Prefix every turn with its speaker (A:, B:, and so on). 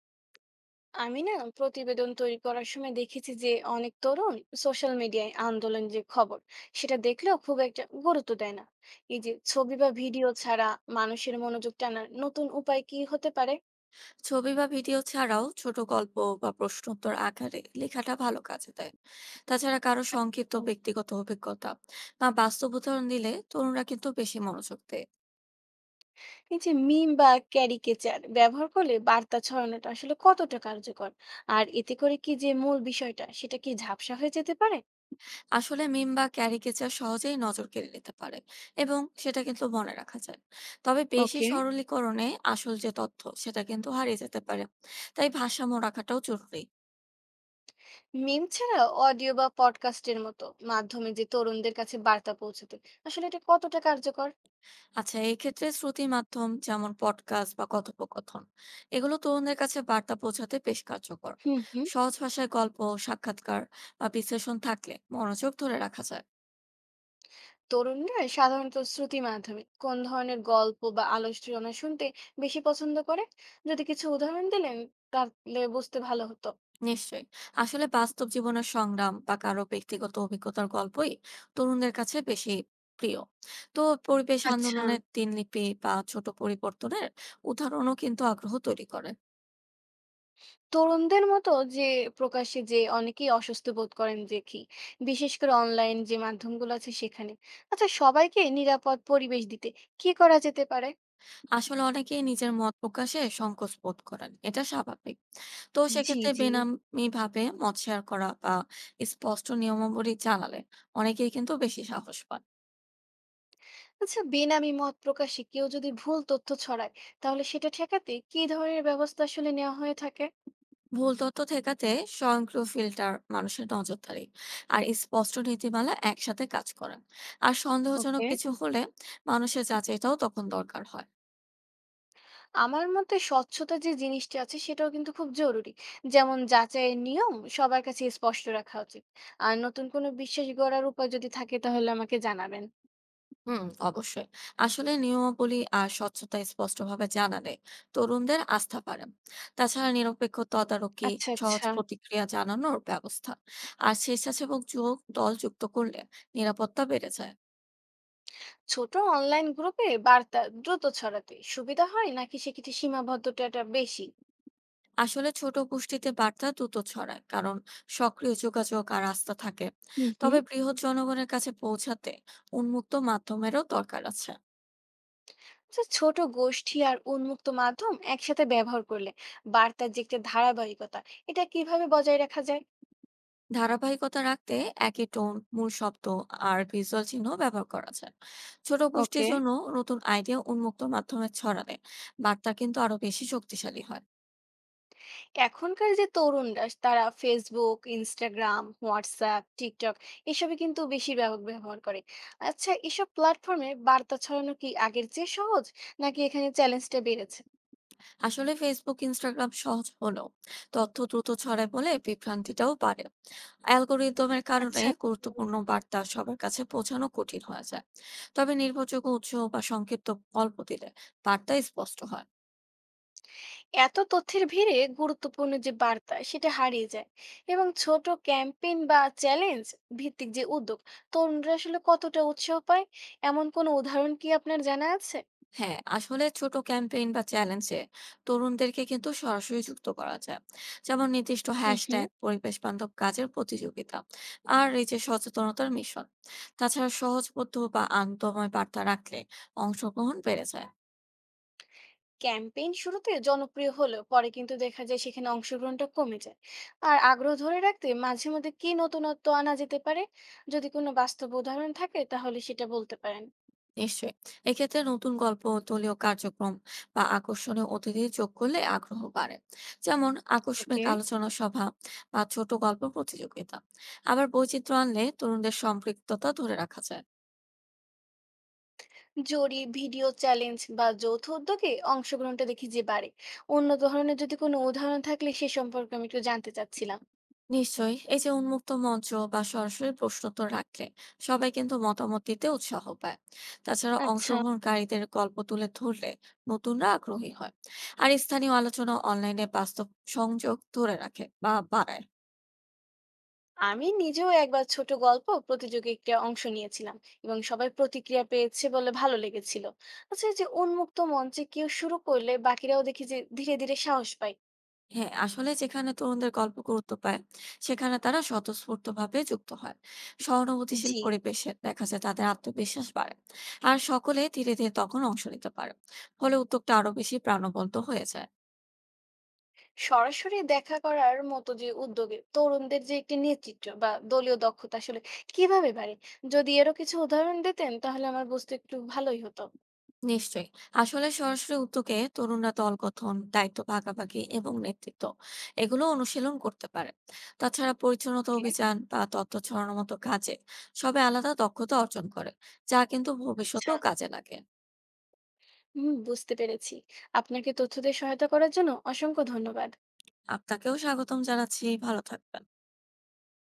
A: আমি না, প্রতিবেদন তৈরি করার সময় দেখেছি যে অনেক তরুণ সোশ্যাল মিডিয়ায় আন্দোলন যে খবর, সেটা দেখলেও খুব একটা গুরুত্ব দেয় না। এই যে ছবি বা ভিডিও ছাড়া মানুষের মনোযোগ টানার নতুন উপায় কি হতে পারে?
B: ছবি বা ভিডিও ছাড়াও ছোট গল্প বা প্রশ্নোত্তর আকারে লেখাটা ভালো কাজে দেয়। তাছাড়া কারো সংক্ষিপ্ত
A: হুম।
B: ব্যক্তিগত অভিজ্ঞতা বা বাস্তব উদাহরণ দিলে তরুণরা কিন্তু বেশি মনোযোগ দেয়।
A: এই যে মিম বা ক্যারিকেচার ব্যবহার করলে বার্তা ছড়ানোটা আসলে কতটা কার্যকর? আর এতে করে কি যে মূল বিষয়টা সেটা কি ঝাপসা হয়ে যেতে পারে?
B: আসলে মিম বা ক্যারিকেচার সহজেই নজর কেড়ে নিতে পারে, এবং সেটা কিন্তু মনে রাখা যায়। তবে বেশি
A: ওকে।
B: সরলীকরণে আসল যে তথ্য সেটা কিন্তু হারিয়ে যেতে পারে। তাই ভারসাম্য রাখাটাও জরুরি।
A: মিম ছাড়া অডিও বা পডকাস্টের মতো মাধ্যমে যে তরুণদের কাছে বার্তা পৌঁছাতে আসলে এটা কতটা কার্যকর?
B: আচ্ছা, এক্ষেত্রে শ্রুতি মাধ্যম যেমন পডকাস্ট বা কথোপকথন এগুলো তরুণদের কাছে বার্তা পৌঁছাতে বেশ কার্যকর।
A: হুম হুম।
B: সহজ ভাষায় গল্প, সাক্ষাৎকার বা বিশ্লেষণ থাকলে মনোযোগ ধরে রাখা যায়।
A: তরুণরা সাধারণত শ্রুতি মাধ্যমে কোন ধরনের গল্প বা আলোচনা শুনতে বেশি পছন্দ করে, যদি কিছু উদাহরণ দিলেন তাহলে বুঝতে ভালো হতো।
B: নিশ্চয়ই। আসলে বাস্তব জীবনের সংগ্রাম বা কারো ব্যক্তিগত অভিজ্ঞতার গল্পই তরুণদের কাছে বেশি প্রিয়। তো পরিবেশ
A: আচ্ছা।
B: আন্দোলনের দিনলিপি বা ছোট পরিবর্তনের উদাহরণও কিন্তু আগ্রহ তৈরি করে।
A: তরুণদের মতো যে প্রকাশ্যে যে অনেকেই অস্বস্তি বোধ করেন দেখি, বিশেষ করে অনলাইন যে মাধ্যমগুলো আছে সেখানে। আচ্ছা, সবাইকে নিরাপদ পরিবেশ দিতে কি করা যেতে পারে?
B: আসলে অনেকেই নিজের মত প্রকাশে সংকোচ বোধ করেন। এটা স্বাভাবিক। তো
A: জি
B: সেক্ষেত্রে
A: জি
B: বেনামিভাবে মত শেয়ার করা বা স্পষ্ট নিয়মাবলী জানালে অনেকেই কিন্তু বেশি সাহস পান।
A: আচ্ছা, বেনামি মত প্রকাশে কেউ যদি ভুল তথ্য ছড়ায় তাহলে সেটা ঠেকাতে কি ধরনের ব্যবস্থা আসলে নেওয়া হয়ে থাকে?
B: ভুল তথ্য ঠেকাতে স্বয়ংক্রিয় ফিল্টার, মানুষের নজরদারি আর স্পষ্ট নীতিমালা একসাথে কাজ করেন। আর সন্দেহজনক
A: ওকে।
B: কিছু হলে মানুষের যাচাইটাও তখন দরকার হয়।
A: আমার মতে স্বচ্ছতা যে জিনিসটা আছে সেটাও কিন্তু খুব জরুরি, যেমন যাচাইয়ের নিয়ম সবার কাছে স্পষ্ট রাখা উচিত। আর নতুন কোনো বিশ্বাস গড়ার উপায় যদি থাকে তাহলে আমাকে জানাবেন।
B: হুম, অবশ্যই। আসলে নিয়মাবলী আর স্বচ্ছতা স্পষ্টভাবে জানালে তরুণদের আস্থা বাড়ে। তাছাড়া নিরপেক্ষ তদারকি,
A: আচ্ছা
B: সহজ
A: আচ্ছা।
B: প্রতিক্রিয়া জানানোর ব্যবস্থা আর স্বেচ্ছাসেবক যুবক দল যুক্ত করলে নিরাপত্তা বেড়ে যায়।
A: ছোট অনলাইন গ্রুপে বার্তা দ্রুত ছড়াতে সুবিধা হয়, নাকি সেক্ষেত্রে সীমাবদ্ধতাটা বেশি?
B: আসলে ছোট গোষ্ঠীতে বার্তা দ্রুত ছড়ায়, কারণ সক্রিয় যোগাযোগ আর আস্থা থাকে।
A: হুম হুম।
B: তবে বৃহৎ জনগণের কাছে পৌঁছাতে উন্মুক্ত মাধ্যমেরও দরকার আছে।
A: আচ্ছা, ছোট গোষ্ঠী আর উন্মুক্ত মাধ্যম একসাথে ব্যবহার করলে বার্তার যে একটা ধারাবাহিকতা, এটা কিভাবে বজায় রাখা যায়?
B: ধারাবাহিকতা রাখতে একই টোন, মূল শব্দ আর ভিজুয়াল চিহ্ন ব্যবহার করা যায়। ছোট গোষ্ঠীর
A: ওকে।
B: জন্য নতুন আইডিয়া উন্মুক্ত মাধ্যমে ছড়ালে বার্তা কিন্তু আরো বেশি শক্তিশালী হয়।
A: এখনকার যে তরুণরা তারা ফেসবুক, ইনস্টাগ্রাম, হোয়াটসঅ্যাপ, টিকটক এসবে কিন্তু বেশি ব্যবহার করে। আচ্ছা, এসব প্ল্যাটফর্মে বার্তা ছড়ানো কি আগের চেয়ে সহজ? নাকি এখানে চ্যালেঞ্জটা বেড়েছে?
B: আসলে ফেসবুক, ইনস্টাগ্রাম সহজ হলেও তথ্য দ্রুত ছড়ায় বলে বিভ্রান্তিটাও বাড়ে। অ্যালগোরিদমের কারণে
A: আচ্ছা। হুম।
B: গুরুত্বপূর্ণ বার্তা সবার কাছে পৌঁছানো কঠিন হয়ে যায়। তবে নির্ভরযোগ্য উৎস বা সংক্ষিপ্ত গল্প দিলে বার্তা স্পষ্ট হয়।
A: এত তথ্যের ভিড়ে গুরুত্বপূর্ণ যে বার্তা সেটা হারিয়ে যায় এবং ছোট ক্যাম্পেইন বা চ্যালেঞ্জ ভিত্তিক যে উদ্যোগ তরুণরা আসলে কতটা উৎসাহ পায়, এমন কোনো উদাহরণ কি আপনার জানা আছে?
B: হ্যাঁ, আসলে ছোট ক্যাম্পেইন বা চ্যালেঞ্জে তরুণদেরকে কিন্তু সরাসরি যুক্ত করা যায়। যেমন নির্দিষ্ট
A: হুম হুম।
B: হ্যাশট্যাগ, পরিবেশ বান্ধব কাজের প্রতিযোগিতা আর এই যে সচেতনতার মিশন। তাছাড়া সহজবোধ্য বা আনন্দময় বার্তা রাখলে অংশগ্রহণ বেড়ে যায়।
A: ক্যাম্পেইন শুরুতে জনপ্রিয় হলেও পরে কিন্তু দেখা যায় সেখানে অংশগ্রহণটা কমে যায়। আর আগ্রহ ধরে রাখতে মাঝে মধ্যে কি নতুনত্ব আনা যেতে পারে, যদি কোনো বাস্তব উদাহরণ থাকে তাহলে সেটা বলতে পারেন।
B: নিশ্চয়ই। এক্ষেত্রে নতুন গল্প, দলীয় কার্যক্রম বা আকর্ষণীয় অতিথি যোগ করলে আগ্রহ বাড়ে। যেমন আকস্মিক
A: ওকে।
B: আলোচনা সভা বা ছোট গল্প প্রতিযোগিতা। আবার বৈচিত্র্য আনলে তরুণদের সম্পৃক্ততা ধরে রাখা যায়।
A: জরি ভিডিও চ্যালেঞ্জ বা যৌথ উদ্যোগে অংশগ্রহণটা দেখি যে বাড়ে। অন্য ধরনের যদি কোনো উদাহরণ থাকলে সে সম্পর্কে আমি একটু জানতে চাচ্ছিলাম।
B: নিশ্চয়ই। এই যে উন্মুক্ত মঞ্চ বা সরাসরি প্রশ্নোত্তর রাখলে সবাই কিন্তু মতামত দিতে উৎসাহ পায়। তাছাড়া
A: আচ্ছা।
B: অংশগ্রহণকারীদের গল্প তুলে ধরলে নতুনরা আগ্রহী হয়। আর স্থানীয় আলোচনা অনলাইনে বাস্তব সংযোগ ধরে রাখে বা বাড়ায়।
A: আমি নিজেও একবার ছোট গল্প প্রতিযোগিতায় অংশ নিয়েছিলাম এবং সবাই প্রতিক্রিয়া পেয়েছে বলে ভালো লেগেছিল। আচ্ছা, এই যে উন্মুক্ত মঞ্চে কেউ শুরু করলে বাকিরাও দেখি যে ধীরে ধীরে সাহস পায়।
B: হ্যাঁ, আসলে যেখানে তরুণদের গল্প গুরুত্ব পায় সেখানে তারা স্বতঃস্ফূর্ত ভাবে যুক্ত হয়। সহানুভূতিশীল
A: জি।
B: পরিবেশে দেখা যায় তাদের আত্মবিশ্বাস বাড়ে। আর সকলে ধীরে ধীরে তখন অংশ নিতে পারে। ফলে উদ্যোগটা আরো বেশি প্রাণবন্ত হয়ে যায়।
A: সরাসরি দেখা করার মতো যে উদ্যোগে তরুণদের যে একটি নেতৃত্ব বা দলীয় দক্ষতা আসলে কিভাবে বাড়ে, যদি এরও কিছু উদাহরণ দিতেন তাহলে আমার বুঝতে একটু ভালোই হতো।
B: নিশ্চয়ই। আসলে সরাসরি উদ্যোগে তরুণরা দল গঠন, দায়িত্ব ভাগাভাগি এবং নেতৃত্ব এগুলো অনুশীলন করতে পারে। তাছাড়া পরিচ্ছন্নতা
A: ওকে।
B: অভিযান বা তথ্য ছড়ানোর মতো কাজে সবাই আলাদা দক্ষতা অর্জন করে, যা কিন্তু
A: আচ্ছা।
B: ভবিষ্যতেও কাজে লাগে।
A: হুম, বুঝতে পেরেছি। আপনাকে তথ্য দিয়ে সহায়তা করার জন্য অসংখ্য ধন্যবাদ।
B: আপনাকেও স্বাগতম জানাচ্ছি। ভালো থাকবেন।